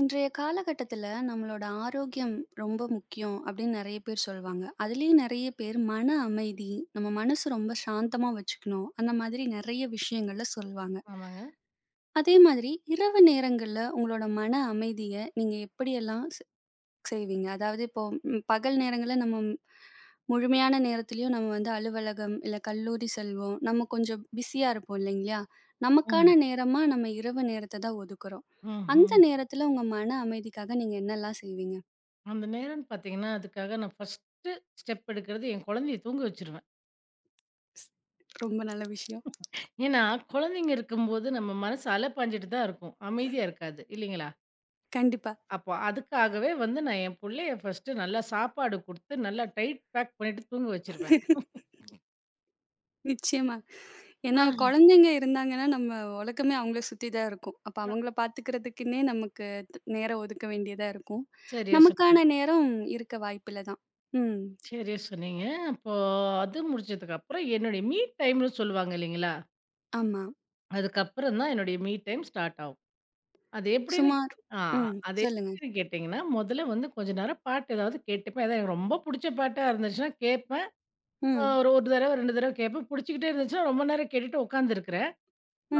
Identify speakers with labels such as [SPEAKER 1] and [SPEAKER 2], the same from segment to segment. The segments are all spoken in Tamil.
[SPEAKER 1] இன்றைய காலகட்டத்தில நம்மளோட ஆரோக்கியம் ரொம்ப முக்கியம் அப்படின்னு நெறைய பேர் சொல்வாங்க. அதுலயும் நெறைய பேர் மன அமைதி, நம்ம மனசு ரொம்ப சாந்தமா வச்சுக்கணும். அந்த மாதிரி நெறைய விஷயங்கள சொல்வாங்க.
[SPEAKER 2] ஆமாங்க.
[SPEAKER 1] அதே மாதிரி இரவு நேரங்கள்ல உங்களோட மன அமைதிய நீங்க எப்படியெல்லாம் செய்வீங்க. அதாவது இப்போ பகல் நேரங்கள்ல நம்ம முழுமையான நேரத்திலயும் நம்ம வந்து அலுவலகம், இல்ல கல்லூரி செல்வோம். நம்ம கொஞ்சம் பிஸியா இருப்போம் இல்லைங்களா?
[SPEAKER 2] ம்.
[SPEAKER 1] நமக்கான நேரமா நம்ம இரவு நேரத்த தான் ஒதுக்குறோம். அந்த
[SPEAKER 2] ம்ஹ்ம்.
[SPEAKER 1] நேரத்தில உங்க மன அமைதிக்காக நீங்க என்னலாம் செய்வீங்க?
[SPEAKER 2] அந்த நேரம்ன்னு பார்த்தீங்கன்னா, அதுக்காக நான் ஃபர்ஸ்ட்டு ஸ்டெப் எடுக்கிறது என் குழந்தைய தூங்க வச்சுருவேன்.
[SPEAKER 1] ஸ் ரொம்ப நல்ல விஷயம்.
[SPEAKER 2] ஏன்னா, குழந்தைங்க இருக்கும்போது நம்ம மனசு அலைப்பாஞ்சுட்டு தான் இருக்கும். அமைதியா இருக்காது. இல்லைங்களா?
[SPEAKER 1] கண்டிப்பா.
[SPEAKER 2] அப்போ அதுக்காகவே வந்து நான் என் புள்ளைய ஃபர்ஸ்ட்டு நல்லா சாப்பாடு குடுத்து, நல்லா டைட் பேக் பண்ணிட்டு தூங்க வச்சுருவேன்.
[SPEAKER 1] நிச்சயமா. ஏன்னா
[SPEAKER 2] ஆ
[SPEAKER 1] குழந்தைங்க இருந்தாங்கன்னா, நம்ம உலகமே அவங்கள சுத்தி தான் இருக்கும். அப்ப
[SPEAKER 2] அ
[SPEAKER 1] அவங்கள பார்த்துக்கிறதுக்குன்னே நமக்கு நேரம் ஒதுக்க வேண்டியதா இருக்கும்.
[SPEAKER 2] சரியா சொன்னீங்க,
[SPEAKER 1] நமக்கான நேரம் இருக்க வாய்ப்பில்ல தான். ம்.
[SPEAKER 2] சரியா சொன்னீங்க. அப்போ அது முடிச்சதுக்கப்புறம் என்னுடைய மீ டைம்ன்னு சொல்லுவாங்க இல்லைங்களா?
[SPEAKER 1] ஆமா.
[SPEAKER 2] அதுக்கப்புறம் தான் என்னுடைய மீ டைம் ஸ்டார்ட் ஆகும். அது எப்படின்னு
[SPEAKER 1] சுமார்.
[SPEAKER 2] ஆ
[SPEAKER 1] ம்.
[SPEAKER 2] அது
[SPEAKER 1] சொல்லுங்க.
[SPEAKER 2] எப்படின்னு கேட்டீங்கன்னா, முதல்ல வந்து கொஞ்ச நேரம் பாட்டு ஏதாவது கேட்டுப்பேன். ஏதாவது எனக்கு ரொம்ப புடிச்ச பாட்டா இருந்துச்சுன்னா கேட்பேன்.
[SPEAKER 1] ம்.
[SPEAKER 2] ஒரு 1 தடவ, 2 தடவ கேட்பேன். புடிச்சுக்கிட்டே இருந்துச்சுன்னா, ரொம்ப நேரம் கேட்டுட்டு உட்காந்துருக்கிறேன்.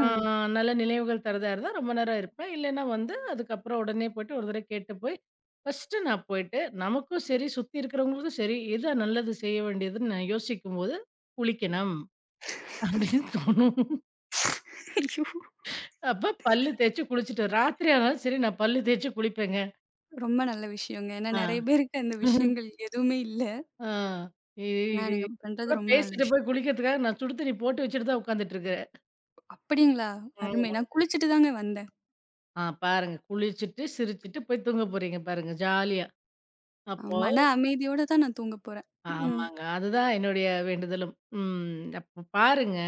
[SPEAKER 2] ஆ நல்ல நினைவுகள் தர்றதா இருந்தா ரொம்ப நேரம் இருப்பேன். இல்லைன்னா வந்து அதுக்கப்புறம் உடனே போயிட்டு ஒரு தடவ கேட்டு போய், ஃபர்ஸ்ட்டு நான் போயிட்டு நமக்கும் சரி, சுத்தி இருக்கிறவங்களுக்கும் சரி, எது நல்லது செய்ய வேண்டியதுன்னு நான் யோசிக்கும்போது, குளிக்கணும் அப்படின்னு தோணும்.
[SPEAKER 1] ஐயோ!
[SPEAKER 2] அப்ப பல்லு தேய்ச்சு குளிச்சுட்டு ராத்திரி ஆனாலும் சரி நான் பல்லு தேய்ச்சு குளிப்பேங்க.
[SPEAKER 1] ரொம்ப நல்ல விஷயங்க. ஏன்னா
[SPEAKER 2] ஆ.
[SPEAKER 1] நெறைய பேருக்கு அந்த விஷயங்கள் எதுவுமே இல்ல.
[SPEAKER 2] ஆ. இது
[SPEAKER 1] ஆனா
[SPEAKER 2] இது
[SPEAKER 1] நீங்க
[SPEAKER 2] கூட
[SPEAKER 1] பண்றது ரொம்ப நல்ல
[SPEAKER 2] பேசிட்டு
[SPEAKER 1] விஷயம்.
[SPEAKER 2] போய் குளிக்கிறதுக்காக நான் சுடு தண்ணி போட்டு வச்சுட்டு தான் உட்காந்துட்டு இருக்கிறேன்.
[SPEAKER 1] அப்படிங்களா?
[SPEAKER 2] ம்.
[SPEAKER 1] அருமை. நான் குளிச்சுட்டு தாங்க வந்தேன்.
[SPEAKER 2] ஆ பாருங்க குளிச்சுட்டு, சிரிச்சுட்டு போய் தூங்க போறீங்க பாருங்க ஜாலியா.
[SPEAKER 1] அ
[SPEAKER 2] அப்போ
[SPEAKER 1] மன அமைதியோட தான் நான் தூங்க போறேன். ம்.
[SPEAKER 2] ஆமாங்க. அதுதான் என்னுடைய வேண்டுதலும். ம். அப்ப பாருங்க.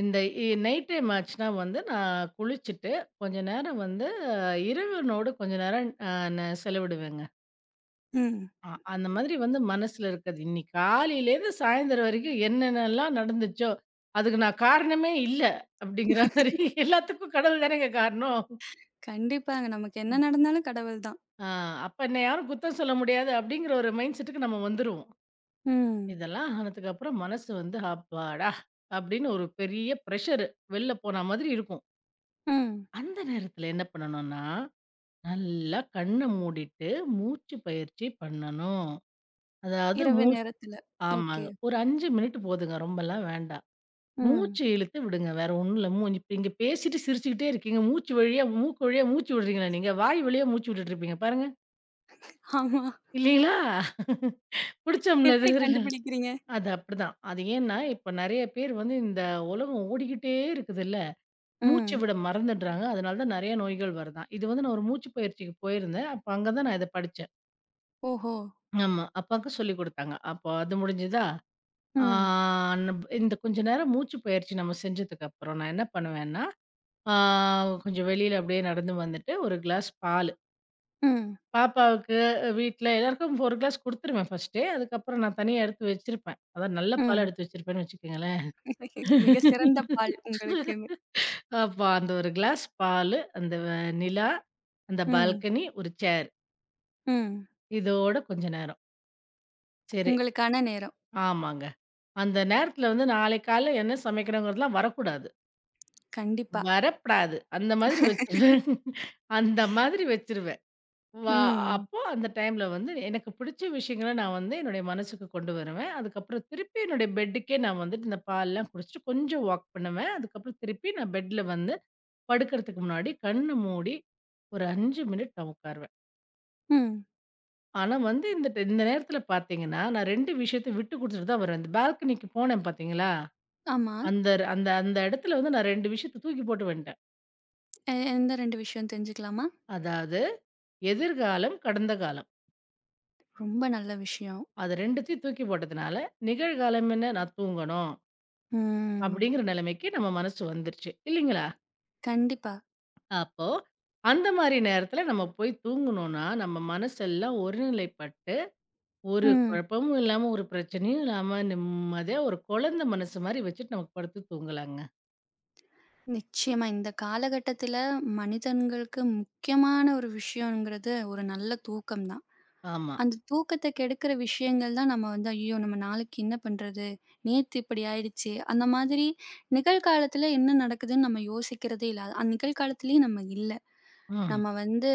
[SPEAKER 2] இந்த இ நைட் டைம் ஆச்சுன்னா வந்து நான் குளிச்சுட்டு கொஞ்ச நேரம் வந்து இரவினோடு கொஞ்ச நேரம் நான் செலவிடுவேங்க.
[SPEAKER 1] ம்.
[SPEAKER 2] அந்த மாதிரி வந்து மனசுல இருக்கது. இன்னைக்கு காலையிலேருந்து சாயந்தரம் வரைக்கும் என்னென்னலாம் நடந்துச்சோ, அதுக்கு நான் காரணமே இல்ல. அப்படிங்கிற மாரி எல்லாத்துக்கும் கடவுள் தானேங்க காரணம்.
[SPEAKER 1] கண்டிப்பாங்க. நமக்கு என்ன நடந்தாலும் கடவுள் தான்.
[SPEAKER 2] ஆ அப்ப என்ன யாரும் குத்தம் சொல்ல முடியாது அப்படிங்கிற ஒரு மைண்ட் செட்டுக்கு நம்ம வந்துருவோம்.
[SPEAKER 1] ம்.
[SPEAKER 2] இதெல்லாம் ஆனதுக்கு அப்புறம் மனசு வந்து அப்பாடா! அப்படின்னு ஒரு பெரிய பிரஷர் வெளில போன மாதிரி இருக்கும்.
[SPEAKER 1] ம்.
[SPEAKER 2] அந்த நேரத்துல என்ன பண்ணணும்னா, நல்லா கண்ண மூடிட்டு மூச்சு பயிற்சி பண்ணணும். அதாவது
[SPEAKER 1] இரவு நேரத்துல.
[SPEAKER 2] ஆமாங்க.
[SPEAKER 1] ஓகே.
[SPEAKER 2] ஒரு 5 மினிட் போதுங்க ரொம்பலாம் வேண்டாம்.
[SPEAKER 1] ம்.
[SPEAKER 2] மூச்சு இழுத்து விடுங்க. வேற ஒண்ணும் இல்ல. இப்ப இங்க பேசிட்டு சிரிச்சுக்கிட்டே இருக்கீங்க. மூச்சு வழியா மூக்கு வழியா மூச்சு விடுறீங்களா நீங்க? வாய் வழியா மூச்சு விட்டுட்டு இருப்பீங்க பாருங்க.
[SPEAKER 1] ஆமா.
[SPEAKER 2] இல்லீங்களா? புடிச்சோம்ல
[SPEAKER 1] எப்படி
[SPEAKER 2] அது.
[SPEAKER 1] கண்டுபிடிக்கிறீங்க?
[SPEAKER 2] அது அப்படிதான். அது ஏன்னா, இப்ப நெறைய பேர் வந்து இந்த உலகம் ஓடிக்கிட்டே இருக்குதுல்ல. மூச்சு
[SPEAKER 1] ம்.
[SPEAKER 2] விட மறந்துடுறாங்க. அதனால தான் நெறைய நோய்கள் வருதாம். இது வந்து நான் ஒரு மூச்சு பயிற்சிக்கு போயிருந்தேன். அப்ப அங்க தான் நான் இத படிச்சேன்.
[SPEAKER 1] ஓஹோ!
[SPEAKER 2] ஆமா. அப்பாவுக்கு சொல்லிக் குடுத்தாங்க. அப்போ அது முடிஞ்சுதா? ஆ
[SPEAKER 1] ம்.
[SPEAKER 2] நப் இந்த கொஞ்ச நேரம் மூச்சு பயிற்சி நம்ம செஞ்சதுக்கு அப்புறம் நான் என்ன பண்ணுவேன்னா ஆ கொஞ்சம் வெளியில அப்படியே நடந்து வந்துட்டு, 1 கிளாஸ் பாலு.
[SPEAKER 1] ம்.
[SPEAKER 2] பாப்பாவுக்கு வீட்ல எல்லாருக்கும் 4 கிளாஸ் குடுத்துருவேன் ஃபர்ஸ்ட்டே. அதுக்கப்புறம் நான் தனியா எடுத்து வச்சிருப்பேன். அதான் நல்ல பாலா
[SPEAKER 1] ம்.
[SPEAKER 2] எடுத்து வச்சிருப்பேன்னு வச்சுக்கங்களேன்.
[SPEAKER 1] மிக சிறந்த பால்
[SPEAKER 2] அப்ப
[SPEAKER 1] உங்களுக்குன்னு.
[SPEAKER 2] அந்த 1 கிளாஸ் பாலு, அந்த வ நிலா, அந்த
[SPEAKER 1] ம்.
[SPEAKER 2] பால்கனி, ஒரு சேர்
[SPEAKER 1] ம்.
[SPEAKER 2] இதோட கொஞ்ச நேரம். சரி.
[SPEAKER 1] உங்களுக்கான நேரம்.
[SPEAKER 2] ஆமாங்க. அந்த நேரத்துல வந்து நாளைக்கு காலைல என்ன சமைக்கணுங்கிறதெல்லாம் வரக்கூடாது.
[SPEAKER 1] கண்டிப்பா.
[SPEAKER 2] வரப்படாது. அந்த மாதிரி வச்சுருவேன். அந்த மாதிரி வச்சுருவேன். வா
[SPEAKER 1] ம்.
[SPEAKER 2] அப்போ அந்த டைம்ல வந்து எனக்கு பிடிச்ச விஷயங்கள நான் வந்து என்னுடைய மனசுக்கு கொண்டு வருவேன். அதுக்கப்புறம் திருப்பி என்னுடைய பெட்டுக்கே நான் வந்துட்டு இந்த பால்லாம் குடிச்சுட்டு கொஞ்சம் வாக் பண்ணுவேன். அதுக்கப்புறம் திருப்பி நான் பெட்ல வந்து படுக்கறதுக்கு முன்னாடி கண்ணு மூடி ஒரு 5 மினிட் நான் உட்காருவேன்.
[SPEAKER 1] ம்.
[SPEAKER 2] ஆனா வந்து இந்த நேரத்துல பார்த்தீங்கன்னா, நான் 2 விஷயத்த விட்டு குடுத்துட்டு தான் வருவேன். இந்த பால்கனிக்கு போனேன் பார்த்தீங்களா?
[SPEAKER 1] ஆமா.
[SPEAKER 2] அந்த அந்த அந்த இடத்துல வந்து நான் 2 விஷயத்த தூக்கி போட்டு வந்துட்டேன்.
[SPEAKER 1] எந்த 2 விஷயம் தெரிஞ்சுக்கலாமா?
[SPEAKER 2] அதாவது எதிர்காலம், கடந்த காலம்.
[SPEAKER 1] ரொம்ப நல்ல விஷயம்.
[SPEAKER 2] அது 2த்தையும் தூக்கி போட்டதுனால, நிகழ்காலம் என்ன? நான் தூங்கணும்.
[SPEAKER 1] ம்.
[SPEAKER 2] அப்படிங்கிற நிலைமைக்கு நம்ம மனசு வந்துருச்சு. இல்லைங்களா?
[SPEAKER 1] கண்டிப்பா.
[SPEAKER 2] அப்போ, அந்த மாரி நேரத்துல நம்ம போய் தூங்குனோம்னா, நம்ம மனசெல்லாம் ஒருநிலைப்பட்டு, ஒரு
[SPEAKER 1] ம்.
[SPEAKER 2] குழப்பமும் இல்லாம, ஒரு பிரச்சனையும் இல்லாம, நிம்மதியா ஒரு குழந்தை மனசு மாரி வச்சுட்டு நம்ம படுத்து தூங்கலாங்க.
[SPEAKER 1] நிச்சயமா. இந்த காலகட்டத்தில மனிதன்களுக்கு முக்கியமான ஒரு விஷயங்கிறது ஒரு நல்ல தூக்கம் தான்.
[SPEAKER 2] ஆமா.
[SPEAKER 1] அந்த தூக்கத்த கெடுக்கிற விஷயங்கள் தான் நம்ம வந்து, "ஐயோ! நம்ம நாளைக்கு என்ன பண்றது? நேத்து இப்படி ஆயிடுச்சே!" அந்த மாதிரி நிகழ்காலத்தில என்ன நடக்குதுன்னு நம்ம யோசிக்கிறதே இல்ல. நிகழ்காலத்திலயும் நம்ம இல்ல.
[SPEAKER 2] ம்.
[SPEAKER 1] நம்ம வந்து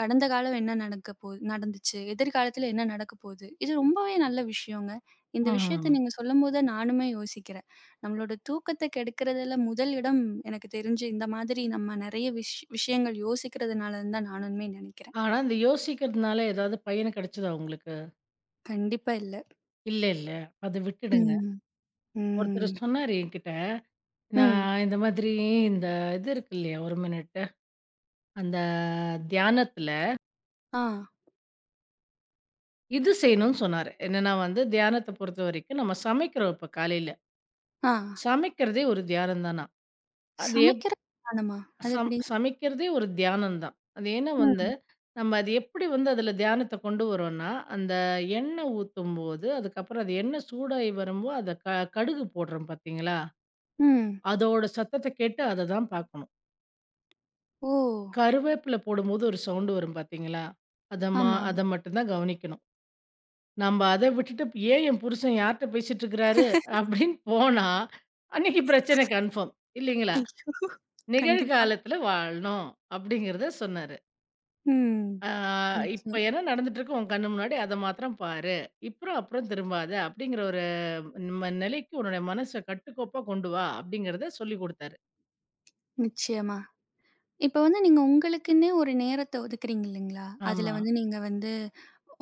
[SPEAKER 1] கடந்த காலம் என்ன நடக்க போது நடந்துச்சு? எதிர்காலத்துல என்ன நடக்க போது? இது ரொம்பவே நல்ல விஷயங்க. இந்த விஷயத்த
[SPEAKER 2] ம்.
[SPEAKER 1] நீங்க சொல்லும்போது நானுமே யோசிக்கிறேன். நம்மளோட தூக்கத்த கெடுக்கிறதுல முதல் இடம் எனக்கு தெரிஞ்சு இந்த மாதிரி நம்ம நெறைய விஷயங்கள் யோசிக்கிறதுனாலன்னு தான் நானுமே நினைக்கிறேன்.
[SPEAKER 2] ஆனா, இந்த யோசிக்கிறதுனால ஏதாவது பயன் கிடைச்சதா உங்களுக்கு?
[SPEAKER 1] கண்டிப்பா இல்ல.
[SPEAKER 2] இல்ல. அத விட்டுடுங்க.
[SPEAKER 1] ம். ம்.
[SPEAKER 2] ஒருத்தர் சொன்னாரு என்கிட்ட,
[SPEAKER 1] ம்.
[SPEAKER 2] நான் இந்த மாதிரி இந்த இது இருக்கு இல்லையா? 1 மினிட். அந்த தியானத்துல
[SPEAKER 1] ஆ.
[SPEAKER 2] இது செய்யணும்னு சொன்னாரு. என்னன்னா வந்து தியானத்த பொறுத்தவரைக்கும் நம்ம சமைக்கிறோம் இப்ப காலையில.
[SPEAKER 1] ஆ.
[SPEAKER 2] சமைக்கிறதே ஒரு தியானம் தானாம். அது எப்
[SPEAKER 1] சமைக்கிற பானமா? அது
[SPEAKER 2] சம்
[SPEAKER 1] எப்படி?
[SPEAKER 2] சமைக்கிறதே ஒரு தியானம் தான். அது ஏன்னா வந்து,
[SPEAKER 1] ம்.
[SPEAKER 2] நம்ம அது எப்படி வந்து அதுல தியானத்த கொண்டு வரோம்னா, அந்த எண்ணெய் ஊத்தும்போது, அதுக்கப்புறம் அது எண்ணெய் சூடாகி வரும்போது, அத க கடுகு போடுறோம் பார்த்தீங்களா?
[SPEAKER 1] ம்.
[SPEAKER 2] அதோட சத்தத்த கேட்டு அத தான் பார்க்கணும்.
[SPEAKER 1] ஓ!
[SPEAKER 2] கருவேப்பில போடும்போது ஒரு சவுண்ட் வரும் பார்த்தீங்களா?
[SPEAKER 1] ஆமா.
[SPEAKER 2] அத மட்டும் தான் கவனிக்கணும். நம்ப அத விட்டுட்டு, "ஏன் என் புருஷன் யார்ட்ட பேசிட்டு இருக்கிறாரு?" அப்படின்னு போனா, அன்னைக்கு பிரச்சனை கன்ஃபார்ம். இல்லைங்களா?
[SPEAKER 1] ஐயோ! கண்டிப்பா.
[SPEAKER 2] நிகழ்காலத்துல வாழணும் அப்படிங்கிறத சொன்னாரு.
[SPEAKER 1] ம்.
[SPEAKER 2] ஆ இப்ப
[SPEAKER 1] நிச்சயம்.
[SPEAKER 2] என்ன நடந்துட்டுருக்கு உன் கண்ணு முன்னாடி, அத மாத்திரம் பாரு. இப்புறம் அப்புறம் திரும்பாத அப்படிங்கிற ஒரு நிலைக்கு உன்னுடைய மனச கட்டுக்கோப்பா கொண்டு வா அப்படிங்கிறத சொல்லிக் குடுத்தாரு.
[SPEAKER 1] நிச்சயமா. இப்ப வந்து நீங்க உங்களுக்குன்னே ஒரு நேரத்த ஒதுக்குறீங்க இல்லைங்களா? அதுல
[SPEAKER 2] ஆமா.
[SPEAKER 1] வந்து நீங்க வந்து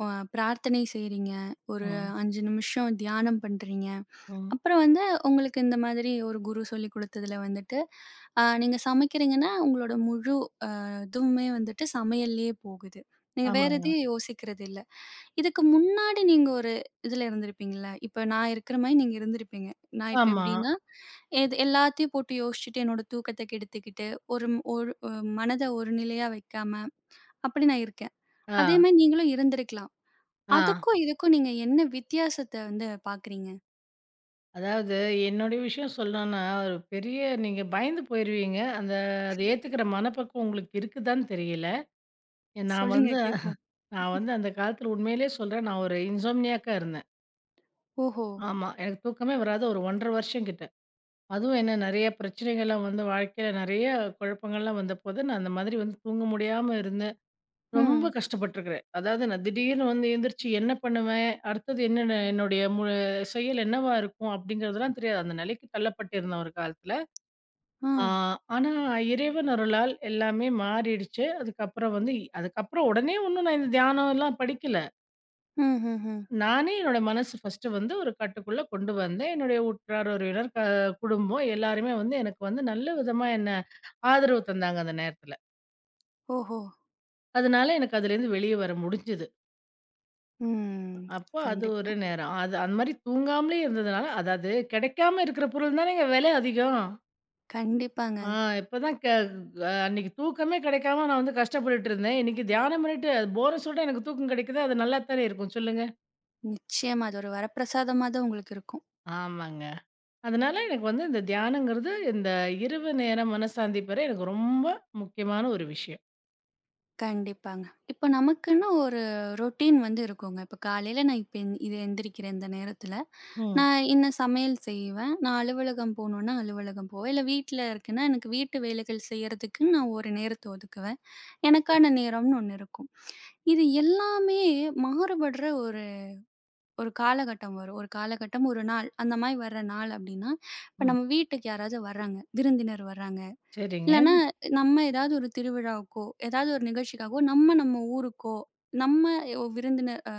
[SPEAKER 1] அ பிரார்த்தனை செய்றீங்க. ஒரு
[SPEAKER 2] ம்.
[SPEAKER 1] 5 நிமிஷம் தியானம் பண்றீங்க.
[SPEAKER 2] ம்.
[SPEAKER 1] அப்புறம் வந்து உங்களுக்கு இந்த மாதிரி ஒரு குரு சொல்லிக் குடுத்ததுல வந்துட்டு, நீங்க சமைக்கிறீங்கன்னா, உங்களோட முழு இதுவுமே வந்துட்டு சமையல்லயே போகுது. நீங்க வேற
[SPEAKER 2] ஆமாங்க.
[SPEAKER 1] எதையும் யோசிக்கிறது இல்ல. இதுக்கு முன்னாடி நீங்க ஒரு இதுல இருந்திருப்பீங்கல்ல. இப்ப நான் இருக்கிற மாரி நீங்க இருந்திருப்பீங்க. நான் இப்ப
[SPEAKER 2] ஆமா.
[SPEAKER 1] எப்படின்னா, எது எல்லாத்தையும் போட்டு யோசிச்சுட்டு, என்னோட தூக்கத்த கெடுத்துக்கிட்டு, ஒரு மனத ஒரு நிலையா வைக்காம, அப்படி நான் இருக்கேன்.
[SPEAKER 2] ஆ.
[SPEAKER 1] அதே மாரி நீங்களும் இருந்திருக்கலாம்.
[SPEAKER 2] ஆ.
[SPEAKER 1] அதுக்கும் இதுக்கும் நீங்க என்ன வித்தியாசத்த வந்து பார்க்குறீங்க?
[SPEAKER 2] அதாவது என்னுடைய விஷயம் சொல்லணும்னா, ஒரு பெரிய நீங்க பயந்து போயிருவீங்க. அந்த அத ஏத்துக்கிற மனப்பக்குவம் உங்களுக்கு இருக்குதான்னு தெரியல. நான்
[SPEAKER 1] சொல்லுங்க
[SPEAKER 2] வந்து
[SPEAKER 1] கேட்போம்.
[SPEAKER 2] நான் வந்து அந்த காலத்துல உண்மையிலேயே சொல்றேன். நான் ஒரு இன்சோம்னியாக்கா இருந்தேன்.
[SPEAKER 1] ஓஹோ!
[SPEAKER 2] ஆமா. எனக்கு தூக்கமே வராது ஒரு 1½ வருஷம் கிட்ட. அதுவும் என்ன நெறைய பிரச்சனைகள்லாம் வந்து வாழ்க்கையில நெறைய குழப்பங்கள்லாம் வந்தபோது, நான் அந்த மாதிரி வந்து தூங்க முடியாம இருந்தேன். ரொம்ப
[SPEAKER 1] ம்.
[SPEAKER 2] கஷ்டப்பட்டுருக்கிறேன். அதாவது நான் திடீர்னு வந்து எந்திரிச்சு என்ன பண்ணுவேன்? அடுத்தது என்னென்ன என்னுடைய மு செயல் என்னவா இருக்கும்? அப்படிங்கிறதெல்லாம் தெரியாது. அந்த நிலைக்கு தள்ளப்பட்டிருந்தேன் ஒரு காலத்துல.
[SPEAKER 1] ஆ.
[SPEAKER 2] ஆ, ஆனா இறைவன் அருளால் எல்லாமே மாறிடுச்சு. அதுக்கப்புறம் உடனே ஒண்ணும் நான் இந்த தியானம் எல்லாம் படிக்கல.
[SPEAKER 1] ம்ஹ்ஹ்ம்.
[SPEAKER 2] நானே என்னோட மனசு ஃபர்ஸ்ட்டு வந்து ஒரு கட்டுக்குள்ள கொண்டு வந்தேன். என்னுடைய உற்றார், உறவினர், குடும்பம் எல்லாருமே வந்து எனக்கு வந்து நல்ல விதமா என்ன ஆதரவு தந்தாங்க அந்த நேரத்துல.
[SPEAKER 1] ஓஹோ!
[SPEAKER 2] அதனால எனக்கு அதுலேருந்து வெளிய வர முடிஞ்சது.
[SPEAKER 1] ம்.
[SPEAKER 2] அப்போ அது
[SPEAKER 1] கண்டிப்பா.
[SPEAKER 2] ஒரு நேரம். அது அந்த மாரி தூங்காமலே இருந்ததுனால அதாவது கிடைக்காம இருக்கிற பொருள் தானேங்க விலை அதிகம்.
[SPEAKER 1] கண்டிப்பாங்க.
[SPEAKER 2] ஆ இப்பதான் க அ அன்னைக்கு தூக்கமே கிடைக்காம நான் வந்து கஷ்டப்பட்டுட்டு இருந்தேன். இன்னைக்கு தியானம் பண்ணிட்டு அது போர சொல்ட்டு எனக்கு தூக்கம் கிடைக்குது. அது நல்லா தானே இருக்கும் சொல்லுங்க.
[SPEAKER 1] நிச்சயமா. அது ஒரு வரப்பிரசாதமா தான் உங்களுக்கு இருக்கும்.
[SPEAKER 2] ஆமாங்க. அதனால எனக்கு வந்து இந்த தியானங்கிறது இந்த இரவு நேர மனசாந்தி பெற எனக்கு ரொம்ப முக்கியமான ஒரு விஷயம்.
[SPEAKER 1] கண்டிப்பாங்க. இப்ப நமக்குன்னு ஒரு ரொட்டீன் வந்து இருக்குங்க. இப்ப காலையில நான் இப்ப எந்திரிக்கிறேன் இந்த நேரத்துல.
[SPEAKER 2] ம்.
[SPEAKER 1] நான் இன்ன சமையல் செய்வேன். நான் அலுவலகம் போணும்னா அலுவலகம் போவேன். இல்ல வீட்ல இருக்கேன்னா, எனக்கு வீட்டு வேலைகள் செய்யறதுக்குன்னு நான் ஒரு நேரத்த ஒதுக்குவேன்.
[SPEAKER 2] சரி.
[SPEAKER 1] எனக்கான நேரம்னு ஒண்ணு இருக்கும். இது எல்லாமே மாறுபடுற ஒரு ஒரு காலகட்டம் வரும். ஒரு காலகட்டம், ஒரு நாள் அந்த மாரி வர்ற நாள் அப்டின்னா, இப்ப
[SPEAKER 2] ம்.
[SPEAKER 1] நம்ம வீட்டுக்கு யாராவது வர்றாங்க, விருந்தினர் வர்றாங்க.
[SPEAKER 2] சரிங்க.
[SPEAKER 1] இல்லன்னா, நம்ம ஏதாவது ஒரு திருவிழாவுக்கோ, ஏதாவது ஒரு நிகழ்ச்சிக்காகவோ, நம்ம நம்ம ஊருக்கோ, நம்ம ஒ- விருந்தினர் அ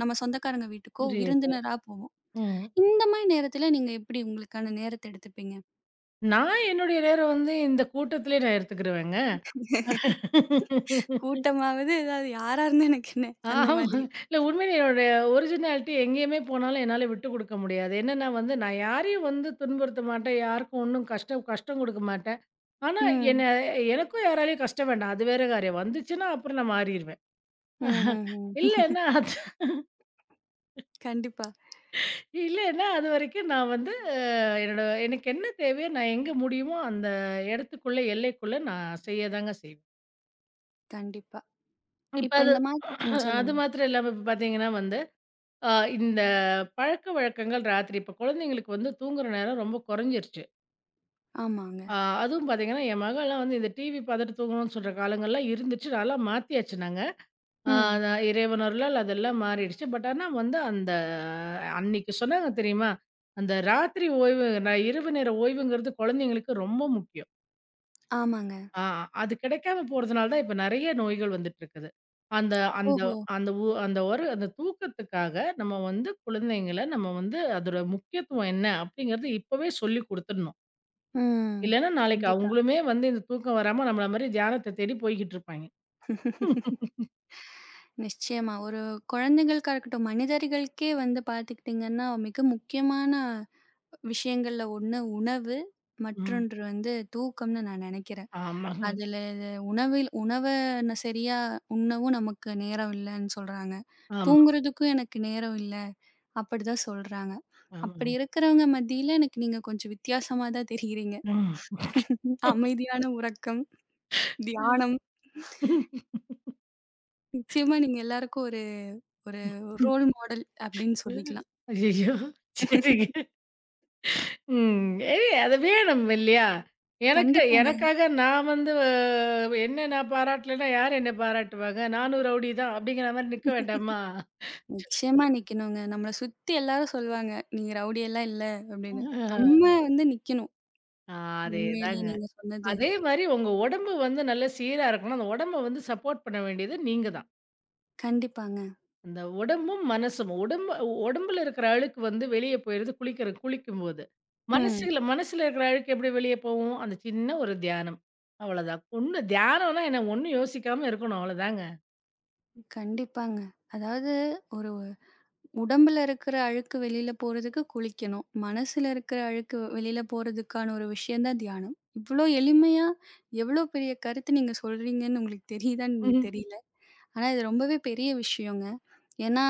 [SPEAKER 1] நம்ம சொந்தக்காரங்க வீட்டுக்கோ
[SPEAKER 2] புரியுது.
[SPEAKER 1] விருந்தினரா போவோம்.
[SPEAKER 2] ம்.
[SPEAKER 1] இந்த மாரி நேரத்துல நீங்க எப்படி உங்களுக்கான நேரத்த எடுத்துப்பீங்க?
[SPEAKER 2] நான் என்னுடைய நேரம் வந்து இந்த கூட்டத்திலே நான் எடுத்துக்கிருவேங்க.
[SPEAKER 1] கூட்டமாவது ஏதாவது யாரா இருந்தா எனக்கு என்ன? அந்த
[SPEAKER 2] ஆமா.
[SPEAKER 1] மாதிரி.
[SPEAKER 2] இல்ல உண்மையிலே என்னோட ஒரிஜினாலிட்டி எங்கேயுமே போனாலும் என்னால விட்டு குடுக்க முடியாது. என்னன்னா வந்து நான் யாரையும் வந்து துன்புறுத்த மாட்டேன். யாருக்கும் ஒண்ணும் கஷ்டம் கஷ்டம் குடுக்க மாட்டேன். ஆனா என்ன
[SPEAKER 1] ம்.
[SPEAKER 2] எனக்கும் யாராலயும் கஷ்டம் வேண்டாம். அது வேற காரியம். வந்துச்சுன்னா அப்புறம் நான் மாறிருவேன்.
[SPEAKER 1] ம்ஹ்ஹ்ம்.
[SPEAKER 2] இல்லன்னா அது
[SPEAKER 1] கண்டிப்பா,
[SPEAKER 2] இல்லன்னா அதுவரைக்கும் நான் வந்து என்னோட எனக்கு என்ன தேவையோ நான் எங்க முடியுமோ அந்த இடத்துக்குள்ள எல்லைக்குள்ள நான் செய்ய தாங்க செய்வேன்.
[SPEAKER 1] கண்டிப்பா.
[SPEAKER 2] இப்ப
[SPEAKER 1] இப்ப
[SPEAKER 2] அது
[SPEAKER 1] இந்த மாரி ம்.
[SPEAKER 2] அது
[SPEAKER 1] சொல்லுங்க.
[SPEAKER 2] மாத்திரம் இல்லாம இப்ப பார்த்தீங்கன்னா வந்து ஆ இந்த பழக்கவழக்கங்கள் ராத்திரி இப்ப குழந்தைங்களுக்கு வந்து தூங்குற நேரம் ரொம்ப குறைஞ்சிருச்சு.
[SPEAKER 1] ஆமாங்க.
[SPEAKER 2] ஆ அதுவும் பார்த்தீங்கன்னா, என் மகள்லாம் வந்து இந்த டிவி பார்த்துட்டு தூங்கணும்னு சொல்ற காலங்கள்லாம் இருந்துச்சு. நான்லாம் மாத்தியாச்சு நாங்க. ஆ
[SPEAKER 1] ம்.
[SPEAKER 2] நான் இறைவனருளால் அதெல்லாம் மாறிடுச்சு. பட் ஆனா வந்து அந்த அன்னைக்கு சொன்னாங்க தெரியுமா? அந்த ராத்திரி ஓய்வு நான் இரவு நேர ஓய்வுங்கிறது குழந்தைங்களுக்கு ரொம்ப முக்கியம்.
[SPEAKER 1] ஆமாங்க.
[SPEAKER 2] ஆ அது கிடைக்காம போறதுனால தான் இப்ப நெறைய நோய்கள் வந்துட்டு இருக்குது. அந்த அந்த
[SPEAKER 1] ஓஹோ!
[SPEAKER 2] அந்த உ அந்த ஒரு அந்த தூக்கத்துக்காக நம்ம வந்து குழந்தைங்கள நம்ம வந்து அதோட முக்கியத்துவம் என்ன அப்படிங்கிறது இப்பவே சொல்லிக் குடுத்துடணும்.
[SPEAKER 1] ம்.
[SPEAKER 2] இல்லன்னா நாளைக்கு
[SPEAKER 1] கண்டிப்பா.
[SPEAKER 2] அவங்களுமே வந்து இந்த தூக்கம் வராம நம்மள மாரி தியானத்த தேடி போய்க்கிட்டு இருப்பாய்ங்க.
[SPEAKER 1] நிச்சயமா. ஒரு குழந்தைகளுக்கா இருக்கட்டும், மனிதர்களுக்கே வந்து பார்த்துக்கிட்டிங்கன்னா, மிக முக்கியமான விஷயங்கள்ல ஒண்ணு உணவு,
[SPEAKER 2] ம்.
[SPEAKER 1] மற்றொன்று வந்து தூக்கம்னு நான் நெனைக்கிறேன்.
[SPEAKER 2] ஆமாங்க.
[SPEAKER 1] அதுல இது உணவில் உணவ ந சரியா உண்ணவும் நமக்கு நேரம் இல்லன்னு சொல்றாங்க.
[SPEAKER 2] ஆமா,
[SPEAKER 1] தூங்குறதுக்கும் எனக்கு நேரம் இல்ல, அப்படிதான் சொல்றாங்க.
[SPEAKER 2] ஆமாங்க.
[SPEAKER 1] அப்படி இருக்கிறவங்க மத்தியில எனக்கு நீங்க கொஞ்சம் வித்தியாசமா தான் தெரியிறீங்க.
[SPEAKER 2] ம்.
[SPEAKER 1] அமைதியான உறக்கம், தியானம். நிச்சயமா நீங்க எல்லாருக்கும் ஒரு ரோல் மாடல் அப்படின்னு சொல்லிக்கலாம்.
[SPEAKER 2] ஐயய்யோ! சரிங்க. ம். ஏய் அது வேணும் இல்லையா? எனக்கு
[SPEAKER 1] கண்டிப்பாங்க.
[SPEAKER 2] எனக்காக நான் வந்து என்ன நான் பாராட்டலன்னா, யார் என்ன பாராட்டுவாங்க? நானும் ரவுடி தான் அப்படிங்கிற மாரி நிக்க வேண்டாமா?
[SPEAKER 1] நிச்சயமா நிக்கணுங்க. நம்மள சுத்தி எல்லாரும் சொல்லுவாங்க. நீங்க ரவுடியெல்லாம் இல்ல அப்படின்னு. நம்ம வந்து நிக்கணும்.
[SPEAKER 2] ஆ
[SPEAKER 1] உண்மையிலேயே
[SPEAKER 2] அதேதாங்க.
[SPEAKER 1] நீங்க சொன்னது.
[SPEAKER 2] அதே மாரி உங்க உடம்பு வந்து நல்ல சீரா இருக்கணும். அந்த உடம்ப வந்து சப்போர்ட் பண்ண வேண்டியது நீங்க தான்.
[SPEAKER 1] கண்டிப்பாங்க.
[SPEAKER 2] அந்த உடம்பும், மனசும். உடம்புல இருக்கிற அழுக்கு வந்து வெளிய போயிருது குளிக்கும்போது.
[SPEAKER 1] ம்.
[SPEAKER 2] மனசுல மனசுல இருக்கிற அழுக்கு எப்படி வெளிய போவும்? அந்த சின்ன ஒரு தியானம். அவ்வளோதான். ஒண்ணு தியானம்னா என்ன? ஒண்ணும் யோசிக்காம இருக்கணும். அவ்வளோதாங்க.
[SPEAKER 1] கண்டிப்பாங்க. அதாவது ஒரு உடம்புல இருக்கிற அழுக்கு வெளியில போறதுக்கு குளிக்கணும். மனசுல இருக்கிற அழுக்கு வெளியில போறதுக்கான ஒரு விஷயம் தான் தியானம். இவ்ளோ எளிமையா எவ்ளோ பெரிய கருத்து நீங்க சொல்றீங்கன்னு உங்களுக்கு தெரியுதான்னு தெரியல. ஆனா இது ரொம்பவே பெரிய விஷயங்க. ஏன்னா,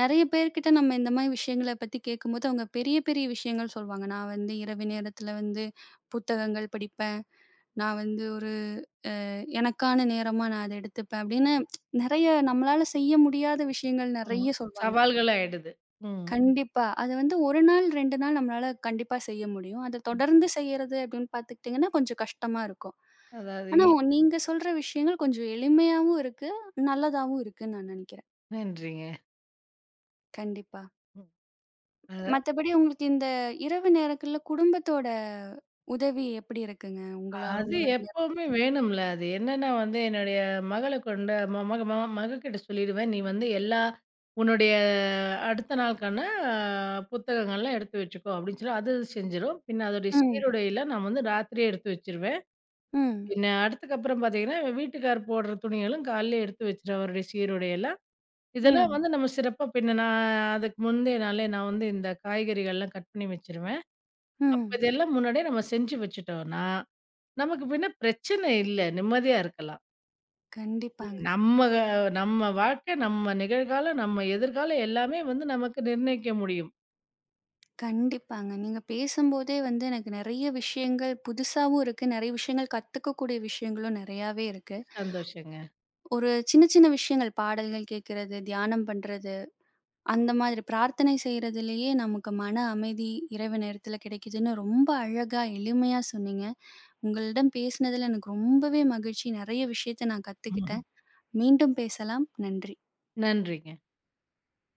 [SPEAKER 1] நெறைய பேர்கிட்ட நம்ம இந்த மாரி விஷயங்கள பத்தி கேட்கும்போது, அவங்க பெரிய, பெரிய விஷயங்கள் சொல்வாங்க. நான் வந்து இரவு நேரத்தில வந்து புத்தகங்கள் படிப்பேன். நான் வந்து ஒரு எனக்கான நேரமா நான் அத எடுத்துப்பேன் அப்படின்னு நெறைய நம்மளால செய்ய முடியாத விஷயங்கள்
[SPEAKER 2] ஆமா.
[SPEAKER 1] நெறைய சொல்வாங்க.
[SPEAKER 2] சவால்கள் ஆயிடுது. ம்.
[SPEAKER 1] கண்டிப்பா. அது வந்து 1 நாள், 2 நாள் நம்மளால கண்டிப்பா செய்ய முடியும். அத தொடர்ந்து செய்யறது அப்படின்னு பார்த்துக்கிட்டிங்கன்னா, கொஞ்சம் கஷ்டமா இருக்கும்.
[SPEAKER 2] அதாவது
[SPEAKER 1] ஆனா,
[SPEAKER 2] இ
[SPEAKER 1] நீங்க சொல்ற விஷயங்கள் கொஞ்சம் எளிமையாவும் இருக்கு, நல்லதாவும் இருக்குன்னு நான் நெனைக்கிறேன்.
[SPEAKER 2] நன்றிங்க.
[SPEAKER 1] கண்டிப்பா.
[SPEAKER 2] ம். அது
[SPEAKER 1] மத்தபடி உங்களுக்கு இந்த இரவு நேரங்கள்ல குடும்பத்தோட உதவி எப்படி இருக்குங்க?
[SPEAKER 2] அது
[SPEAKER 1] உங்களோட
[SPEAKER 2] எப்பவுமே
[SPEAKER 1] நேரத்துக்கு?
[SPEAKER 2] வேணும்ல. அது என்னன்னா வந்து என்னுடைய மகள கொண்டு ம மக ம மகக்கிட்ட சொல்லிடுவேன். நீ வந்து எல்லா உன்னுடைய அடுத்த நாளுக்கான அ புத்தகங்கள்லாம் எடுத்து வச்சுக்கோ அப்படின்னு சொல்லி அது செஞ்சிரும். பின்ன அதோடைய
[SPEAKER 1] ம்,
[SPEAKER 2] சீருடையெல்லாம் நான் வந்து ராத்திரியே எடுத்து வச்சுருவேன்.
[SPEAKER 1] ம்,
[SPEAKER 2] பின்ன அடுத்துக்கப்புறம் பார்த்தீங்கன்னா, வீட்டுக்கார் போடுற துணிகளும் காலையில எடுத்து வச்சுருவேன் அவருடைய சீருடையெல்லாம். இதெல்லாம்
[SPEAKER 1] ம்,
[SPEAKER 2] வந்து நம்ம சிறப்பா பின்ன நான் அதுக்கு முந்தைய நாளே நான் வந்து இந்த காய்கறிகள்லாம் கட் பண்ணி வச்சுருவேன். அப்ப
[SPEAKER 1] ம்.
[SPEAKER 2] இதெல்லாம் முன்னாடியே நம்ம செஞ்சு வச்சுட்டோம்னா, நமக்கு பின்ன பிரச்சனை இல்ல. நிம்மதியா இருக்கலாம்.
[SPEAKER 1] கண்டிப்பாங்க,
[SPEAKER 2] நம்ம க நம்ம வாழ்க்கை, நம்ம நிகழ்காலம், நம்ம எதிர்காலம் எல்லாமே வந்து நமக்கு நிர்ணயிக்க முடியும்.
[SPEAKER 1] கண்டிப்பாங்க. நீங்க பேசும்போதே வந்து எனக்கு நெறைய விஷயங்கள் புதுசாவும் இருக்கு. நெறைய விஷயங்கள் கத்துக்கக்கூடிய விஷயங்களும் நெறையாவே இருக்கு.
[SPEAKER 2] சந்தோஷங்க.
[SPEAKER 1] ஒரு சின்ன சின்ன விஷயங்கள் பாடல்கள் கேட்கிறது, தியானம் பண்றது, அந்த மாதிரி பிரார்த்தனை செய்றதுலயே நமக்கு மன அமைதி இரவு நேரத்துல கிடைக்குதுன்னு ரொம்ப அழகா எளிமையா சொன்னீங்க. உங்களிடம் பேசினதுல எனக்கு ரொம்பவே மகிழ்ச்சி. நெறைய விஷயத்த நான்
[SPEAKER 2] ம்.
[SPEAKER 1] கத்துக்கிட்டேன். மீண்டும் பேசலாம். நன்றி.
[SPEAKER 2] நன்றிங்க.